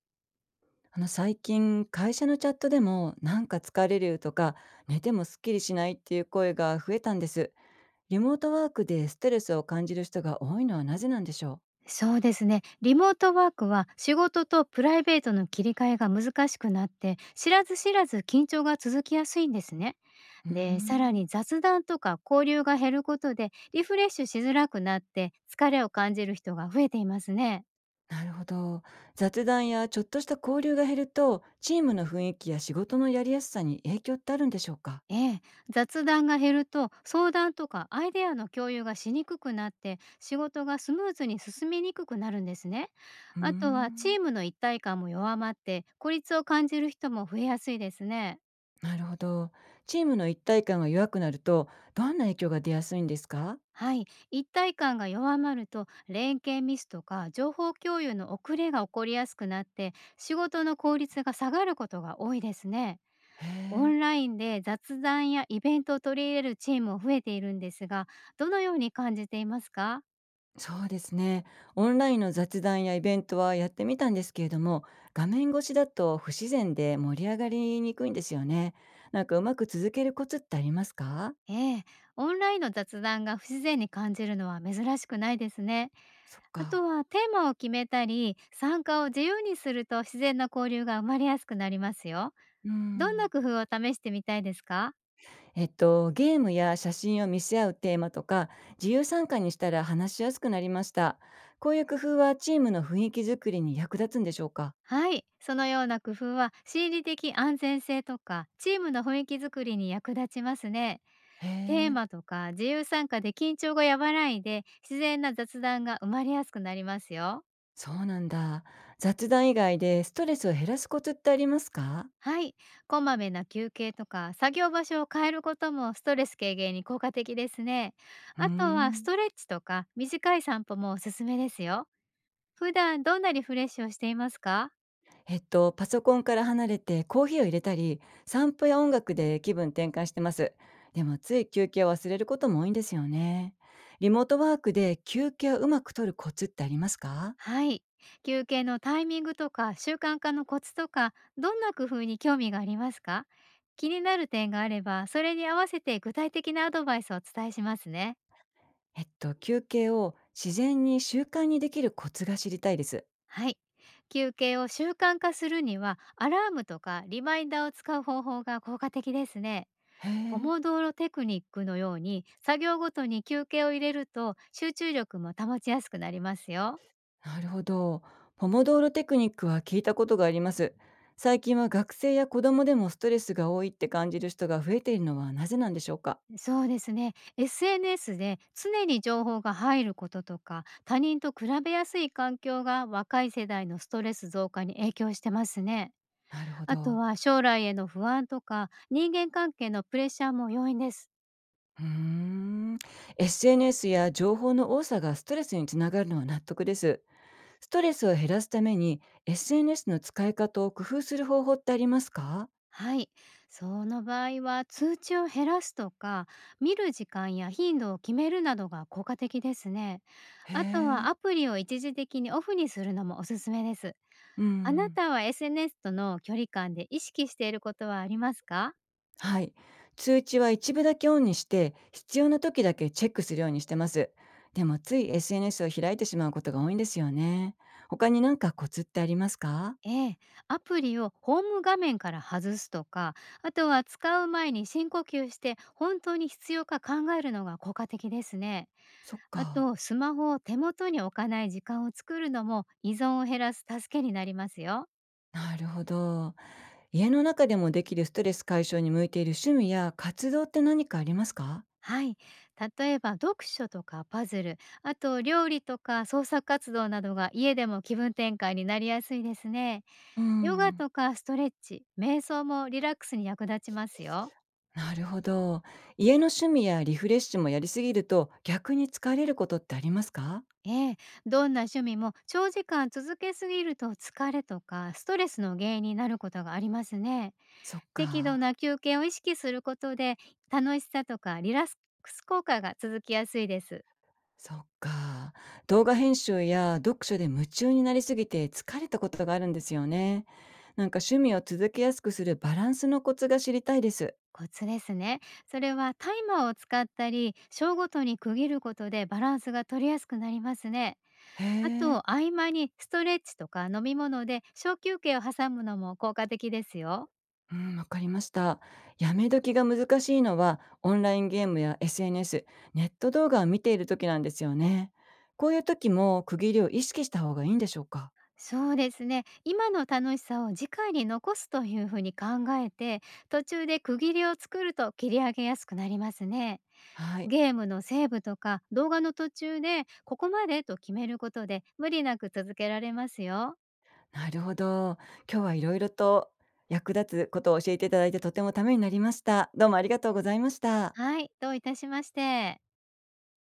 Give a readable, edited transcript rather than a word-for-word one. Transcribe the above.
最近会社のチャットでもなんか疲れるとか寝てもすっきりしないっていう声が増えたんです。リモートワークでストレスを感じる人が多いのはなぜなんでしょそうですね。リモートワークは仕事とプライベートの切り替えが難しくなって、知らず知らず緊張が続きやすいんですね。ううーで、さらん。に雑談とか交流が減ることでリフレッシュしづらくなって、疲れを感じる人が増えていますね。なるほど。雑談やちょっとした交流が減るとチームの雰囲気や仕事のやりやすさに影響ってあるんでしょうか？ええ、雑談が減ると相談とかアイデアの共有がしにくくなって仕事がスムーズに進みにくくなるんですね。うーあとはチん。ームの一体感も弱まって孤立を感じる人も増えやすいですね。なるほど。チームの一体感が弱くなると、どんな影響が出やすいんですか？はい、一体感が弱まると連携ミスとか情報共有の遅れが起こりやすくなって仕事の効率が下がることが多いですね。へオえ。ンラインで雑談やイベントを取り入れるチームも増えているんですが、どのように感じていますか？そうですね。オンラインの雑談やイベントはやってみたんですけれども、画面越しだと不自然で盛り上がりにくいんですよね。なんかうまく続けるコツってありますか？ええ、オンラインの雑談が不自然に感じるのは珍しくないですね。そっあとか。はテーマを決めたり参加を自由にすると自然な交流が生まれやすくなりますよ。うどんなん。工夫を試してみたいですか？ゲームや写真を見せ合うテーマとか、自由参加にしたら話しやすくなりました。こういう工夫はチームの雰囲気づくりに役立つんでしょうか？はい、そのような工夫は心理的安全性とかチームの雰囲気づくりに役立ちますね。へテーえ、マとか自由参加で緊張が和らいで、自然な雑談が生まれやすくなりますよ。そうなんだ。雑談以外でストレスを減らすコツってありますか？はい、こまめな休憩とか作業場所を変えることもストレス軽減に効果的ですね。うーあとはスん。トレッチとか短い散歩もおすすめですよ。普段どんなリフレッシュをしていますか？パソコンから離れてコーヒーを入れたり、散歩や音楽で気分転換してます。でもつい休憩を忘れることも多いんですよね。リモートワークで休憩をうまく取るコツってありますか？はい。休憩のタイミングとか習慣化のコツとか、どんな工夫に興味がありますか？気になる点があれば、それに合わせて具体的なアドバイスをお伝えしますね。休憩を自然に習慣にできるコツが知りたいです。はい。休憩を習慣化するには、アラームとかリマインダーを使う方法が効果的ですね。へポえ、モドーロテクニックのように、作業ごとに休憩を入れると集中力も保ちやすくなりますよ。なるほど。ポモドーロテクニックは聞いたことがあります。最近は学生や子供でもストレスが多いって感じる人が増えているのはなぜなんでしょうか？そうですね。SNS で常に情報が入ることとか、他人と比べやすい環境が若い世代のストレス増加に影響してますね。なるほあとど。は将来への不安とか、人間関係のプレッシャーも要因です。うーん。SNS や情報の多さがストレスにつながるのは納得です。ストレスを減らすために SNS の使い方を工夫する方法ってありますか？はい。その場合は通知を減らすとか、見る時間や頻度を決めるなどが効果的ですね。へあとはえ。アプリを一時的にオフにするのもおすすめです。うーあなん。たは SNS との距離感で意識していることはありますか？はい。通知は一部だけオンにして、必要な時だけチェックするようにしてます。でもつい SNS を開いてしまうことが多いんですよね。他になんかコツってありますか？ええ、アプリをホーム画面から外すとか、あとは使う前に深呼吸して本当に必要か考えるのが効果的ですね。そっあか。と、スマホを手元に置かない時間を作るのも依存を減らす助けになりますよ。なるほど。家の中でもできるストレス解消に向いている趣味や活動って何かありますか？はい。例えば読書とかパズル、あと料理とか創作活動などが家でも気分転換になりやすいですね。うーヨガん。とかストレッチ、瞑想もリラックスに役立ちますよ。なるほど。家の趣味やリフレッシュもやりすぎると逆に疲れることってありますか？ええ、どんな趣味も長時間続けすぎると疲れとかストレスの原因になることがありますね。そっ適度か。な休憩を意識することで、楽しさとかリラックス効果が続きやすいです。そっか。動画編集や読書で夢中になりすぎて疲れたことがあるんですよね。なんか趣味を続けやすくするバランスのコツが知りたいです。コツですね。それはタイマーを使ったり、章ごとに区切ることでバランスが取りやすくなりますね。へあえ。と、合間にストレッチとか飲み物で小休憩を挟むのも効果的ですよ。うん、わかりました。やめ時が難しいのは、オンラインゲームや SNS、ネット動画を見ている時なんですよね。こういう時も区切りを意識した方がいいんでしょうか？そうですね。今の楽しさを次回に残すというふうに考えて、途中で区切りを作ると切り上げやすくなりますね。はい。ゲームのセーブとか動画の途中でここまでと決めることで無理なく続けられますよ。なるほど。今日はいろいろと役立つことを教えていただいてとてもためになりました。どうもありがとうございました。はい、どういたしまして。